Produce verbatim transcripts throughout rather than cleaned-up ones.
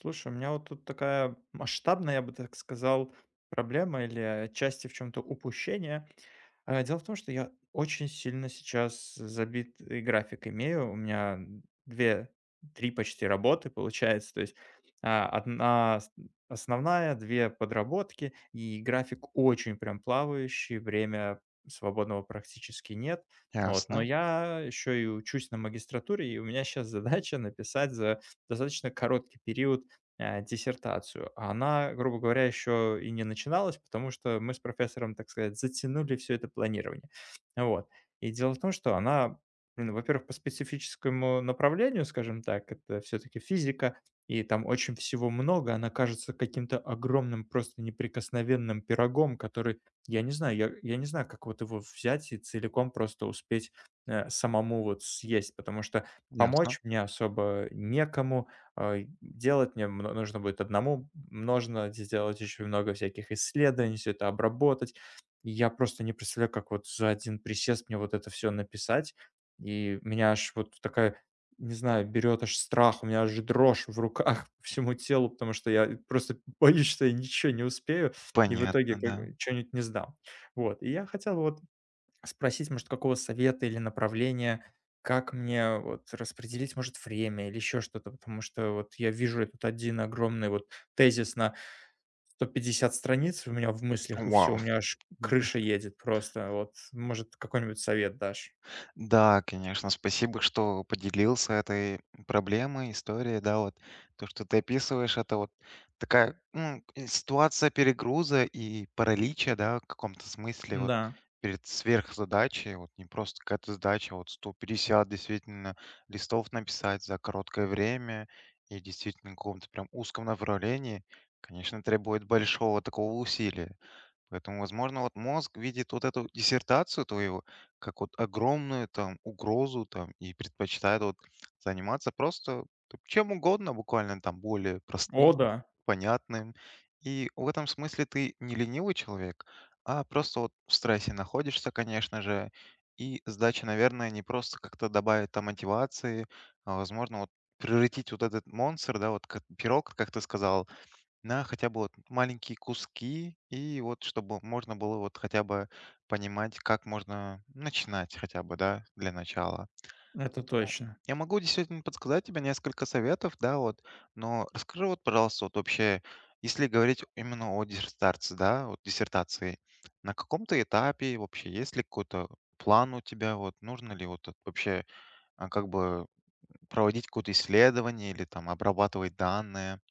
Слушай, у меня вот тут такая масштабная, я бы так сказал, проблема или отчасти в чем-то упущение. А, Дело в том, что я очень сильно сейчас забит и график имею. У меня две, три почти работы получается. То есть а, одна с- основная, две подработки, и график очень прям плавающий, время свободного практически нет. Вот. Но Ясно, я еще и учусь на магистратуре, и у меня сейчас задача написать за достаточно короткий период э, диссертацию. А она, грубо говоря, еще и не начиналась, потому что мы с профессором, так сказать, затянули все это планирование. Вот. И дело в том, что она, блин, во-первых, по специфическому направлению, скажем так, это все-таки физика, и там очень всего много, она кажется каким-то огромным, просто неприкосновенным пирогом, который, я не знаю, я, я не знаю, как вот его взять и целиком просто успеть э, самому вот съесть, потому что ясно. помочь мне особо некому, а, делать мне мно- нужно будет одному, нужно сделать еще много всяких исследований, все это обработать. И я просто не представляю, как вот за один присест мне вот это все написать. И меня аж вот такая, не знаю, берет аж страх, у меня аж дрожь в руках по всему телу, потому что я просто боюсь, что я ничего не успею и в итоге Понятно, да. как- что-нибудь не сдам. Вот. И я хотел вот спросить, может, какого совета или направления, как мне вот распределить, может, время или еще что-то, потому что вот я вижу этот один огромный вот тезис на сто пятьдесят страниц у меня в мыслях, и все, Вау. у меня аж Да. крыша едет просто. Вот, может, какой-нибудь совет дашь? Да, конечно, спасибо, что поделился этой проблемой, историей. Да, вот то, что ты описываешь, это вот такая ну, э, ситуация перегруза и паралича, да, в каком-то смысле, вот Да. перед сверхзадачей, вот не просто какая-то задача, а вот сто пятьдесят действительно листов написать за короткое время и действительно в каком-то прям узком направлении, конечно, требует большого такого усилия. Поэтому, возможно, вот мозг видит вот эту диссертацию твою как вот огромную там угрозу там и предпочитает вот заниматься просто т- чем угодно, буквально там более О, простым, да, понятным. И в этом смысле ты не ленивый человек, а просто вот в стрессе находишься, конечно же. И сдача, наверное, не просто как-то добавит там мотивации, а возможно вот превратить вот этот монстр, да, вот как- пирог, как ты сказал, на хотя бы вот маленькие куски, и вот чтобы можно было вот хотя бы понимать, как можно начинать хотя бы, да, для начала. это Поэтому точно. я могу действительно подсказать тебе несколько советов, да, вот, но расскажи вот, пожалуйста, вот вообще, если говорить именно о диссертации, да, вот диссертации, на каком-то этапе вообще есть ли какой-то план у тебя, вот, нужно ли вот тут вообще а, как бы проводить какое-то исследование или там обрабатывать данные?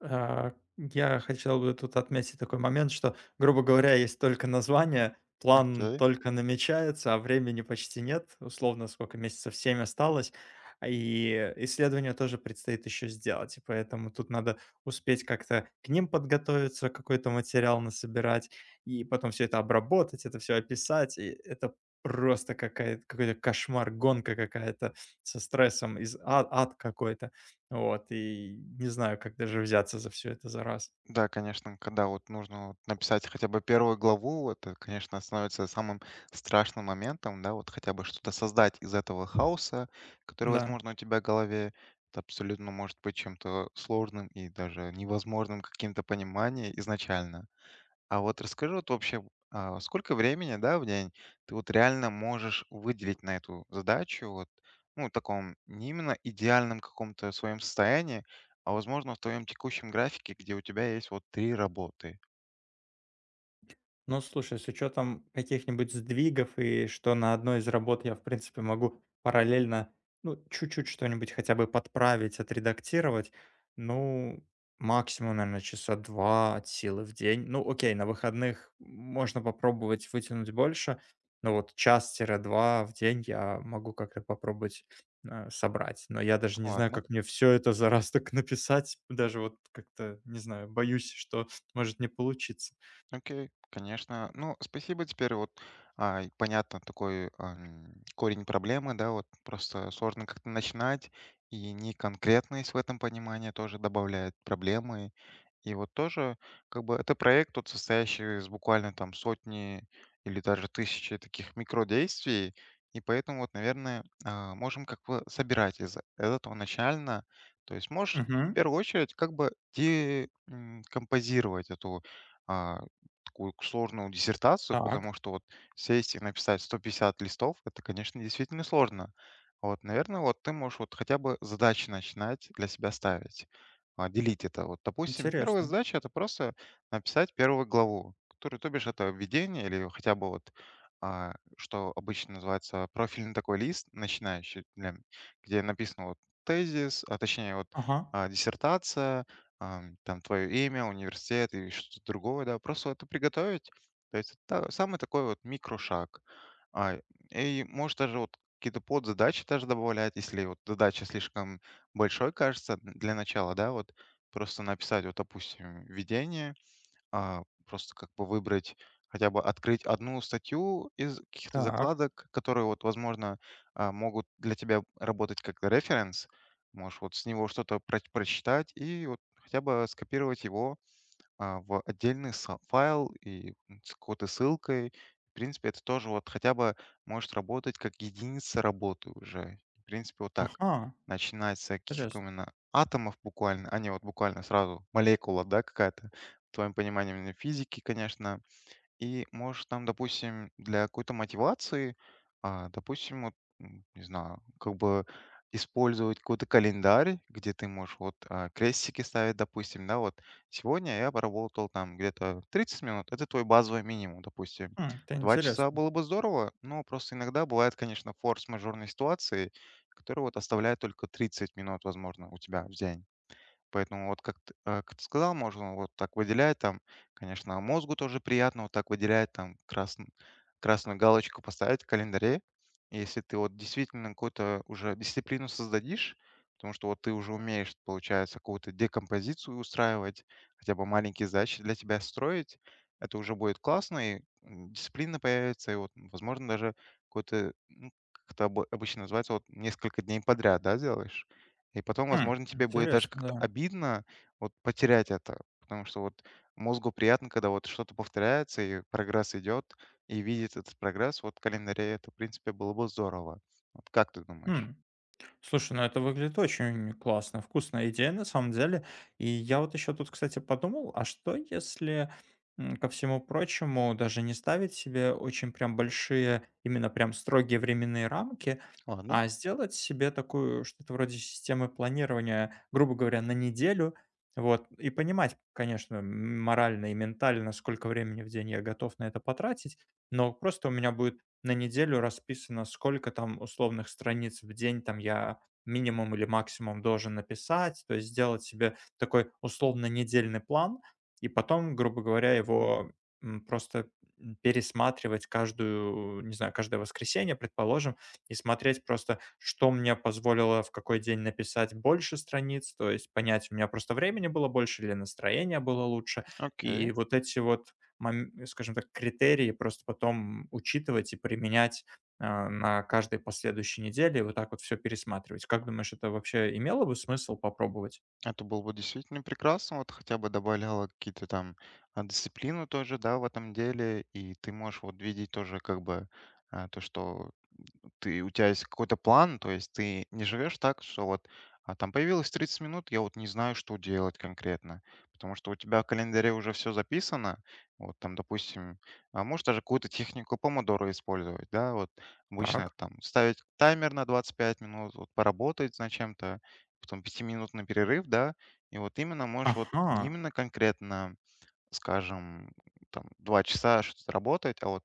А, я хотел бы тут отметить такой момент, что, грубо говоря, есть только название, план Окей. только намечается, а времени почти нет. Условно, сколько месяцев? семь осталось. А, и исследования тоже предстоит еще сделать. И поэтому тут надо успеть как-то к ним подготовиться, какой-то материал насобирать, и потом все это обработать, это все описать. И это просто какая-то какой-то кошмар, гонка какая-то со стрессом, из а ад какой-то. Вот, и не знаю, как даже взяться за все это за раз. Да, конечно, когда вот нужно вот написать хотя бы первую главу, это, конечно, становится самым страшным моментом, да, вот хотя бы что-то создать из этого хаоса, который, Да. возможно, у тебя в голове, это абсолютно может быть чем-то сложным и даже невозможным каким-то пониманием изначально. А вот расскажи, вот вообще, а, сколько времени, да, в день ты вот реально можешь выделить на эту задачу, вот, ну, в таком не именно идеальном каком-то своем состоянии, а возможно в твоем текущем графике, где у тебя есть вот три работы. Ну, слушай, с учетом каких-нибудь сдвигов и что на одной из работ я, в принципе, могу параллельно, ну, чуть-чуть что-нибудь хотя бы подправить, отредактировать, ну, максимум, наверное, часа два от силы в день. Ну, окей, на выходных можно попробовать вытянуть больше, но вот час-два в день я могу как-то попробовать э, собрать. Но я даже не знаю, ладно? как мне все это за раз так написать, даже вот как-то, не знаю, боюсь, что может не получиться. Окей, конечно. Ну, спасибо теперь вот, а, и понятно такой, ам, корень проблемы, да, вот просто сложно как-то начинать, и неконкретность в этом понимании тоже добавляет проблемы. И вот тоже как бы это проект, вот, состоящий из буквально там сотни или даже тысячи таких микродействий, и поэтому вот, наверное, а, можем как бы собирать из этого начально. То есть можешь в первую очередь как бы декомпозировать эту а, такую сложную диссертацию, Так, потому что вот сесть и написать сто пятьдесят листов, это, конечно, действительно сложно. Вот, наверное, вот ты можешь вот хотя бы задачи начинать для себя ставить, а, делить это. Вот, допустим, первая интересно. задача— это просто написать первую главу, которую, то бишь, это введение или хотя бы вот а, что обычно называется профильный такой лист начинающий, для м- где написано вот тезис, а точнее вот Ага, а, диссертация, ам, там твое имя, университет и что-то другое, да, просто это приготовить. То есть это самый такой вот микрошаг. А, и можешь даже вот какие-то подзадачи даже добавлять, если вот задача слишком большой кажется для начала, да, вот просто написать, вот, допустим, введение, а, просто как бы выбрать, хотя бы открыть одну статью из каких-то так, закладок, которые вот, возможно, а, могут для тебя работать как референс. Можешь вот с него что-то проч прочитать и вот хотя бы скопировать его, а, в отдельный са- файл и м, с какой-то ссылкой. В принципе, это тоже вот хотя бы может работать как единица работы уже. В принципе, вот так. ага, Начинать с каких-то интересно. именно атомов буквально, а не вот буквально сразу молекула, да, какая-то. В твоем понимании именно физики, конечно, и можешь там, допустим, для какой-то мотивации, а, допустим, вот, м, не знаю, как бы использовать какой-то календарь, где ты можешь вот а, крестики ставить, допустим, да, вот сегодня я поработал там где-то тридцать минут, это твой базовый минимум, допустим. М, это Два часа интересно. было бы здорово, но просто иногда бывают, конечно, форс-мажорные ситуации, которые вот оставляют только тридцать минут, возможно, у тебя в день. Поэтому вот как ты, а, как ты сказал, можно вот так выделять там, конечно, мозгу тоже приятно вот так выделять там красн- красную галочку поставить в календаре. Если ты вот действительно какую-то уже дисциплину создадишь, потому что вот ты уже умеешь, получается, какую-то декомпозицию устраивать, хотя бы маленькие задачи для тебя строить, это уже будет классно, и м, дисциплина появится, и вот, возможно, даже какой-то, ну, как это обо- обычно называется, вот несколько дней подряд, да, делаешь? И потом, М, возможно, тебе будет даже интересно, как-то да. обидно вот потерять это, потому что вот мозгу приятно, когда вот что-то повторяется и прогресс идет, и видеть этот прогресс вот в календаре, это, в принципе, было бы здорово. Вот как ты думаешь? М. Слушай, ну это выглядит очень классно, вкусная идея на самом деле. И я вот еще тут, кстати, подумал, а что если, м, ко всему прочему, даже не ставить себе очень прям большие, именно прям строгие временные рамки, Ладно, а сделать себе такую, что-то вроде системы планирования, грубо говоря, на неделю. Вот. И понимать, конечно, м, морально и ментально, сколько времени в день я готов на это потратить, но просто у меня будет на неделю расписано, сколько там условных страниц в день там я минимум или максимум должен написать, то есть сделать себе такой условно недельный план и потом, грубо говоря, его м, просто м, пересматривать каждую, не знаю, каждое воскресенье, предположим, и смотреть просто, что мне позволило в какой день написать больше страниц, то есть понять, у меня просто времени было больше или настроение было лучше, окей. и вот эти вот мом скажем так, критерии просто потом учитывать и применять, а, на каждой последующей неделе, и вот так вот все пересматривать. Как думаешь, это вообще имело бы смысл попробовать? Это было бы действительно прекрасно. Вот хотя бы добавляло какие-то там а, дисциплину тоже, да, в этом деле. И ты можешь вот видеть тоже как бы а, то, что Ты, у тебя есть какой-то план, то есть ты не живешь так, что вот а там появилось тридцать минут, я вот не знаю, что делать конкретно, потому что у тебя в календаре уже все записано, вот там, допустим, а можешь даже какую-то технику помодоро использовать, да, вот обычно Так. там ставить таймер на двадцать пять минут, вот поработать над чем-то, потом пятиминутный перерыв, да, и вот именно можешь вот Ага, не именно конкретно, скажем, там два часа что-то работать, а вот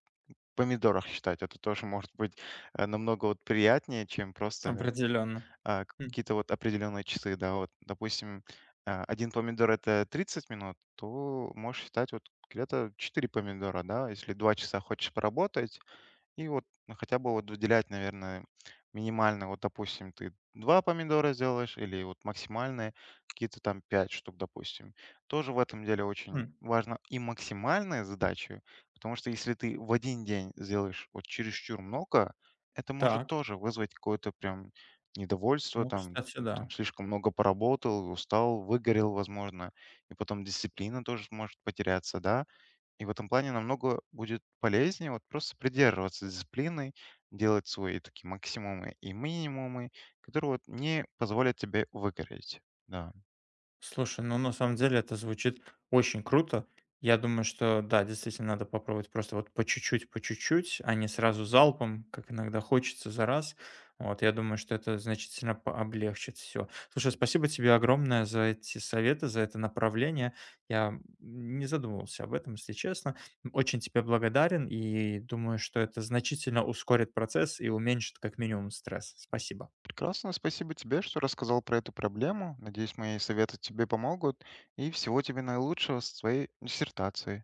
помидорах считать. Это тоже может быть, э, намного вот приятнее, чем просто, определенно. а, М, какие-то вот определенные часы, да. Вот, допустим, а, один помидор- это тридцать минут, то можешь считать вот где-то четыре помидора, да. Если два часа хочешь поработать, и вот ну, хотя бы вот выделять, наверное, минимально, вот, допустим, ты два помидора сделаешь или вот максимальные какие-то там пять штук, допустим. Тоже в этом деле очень м. важно и максимальная задача, потому что если ты в один день сделаешь вот чересчур много, это может Так. тоже вызвать какое-то прям недовольство, Ну, там, кстати, там да. слишком много поработал, устал, выгорел, возможно, и потом дисциплина тоже может потеряться, да, и в этом плане намного будет полезнее вот просто придерживаться дисциплины, делать свои такие максимумы и минимумы, которые вот не позволят тебе выгореть. Да. Слушай, ну на самом деле это звучит очень круто. Я думаю, что да, действительно надо попробовать просто вот по чуть-чуть, по чуть-чуть, а не сразу залпом, как иногда хочется за раз. Вот, я думаю, что это значительно по- облегчит все. Слушай, спасибо тебе огромное за эти советы, за это направление. Я не задумывался об этом, если честно. Очень тебе благодарен и думаю, что это значительно ускорит процесс и уменьшит как минимум стресс. Спасибо. Прекрасно. Спасибо тебе, что рассказал про эту проблему. Надеюсь, мои советы тебе помогут. И всего тебе наилучшего с твоей диссертацией.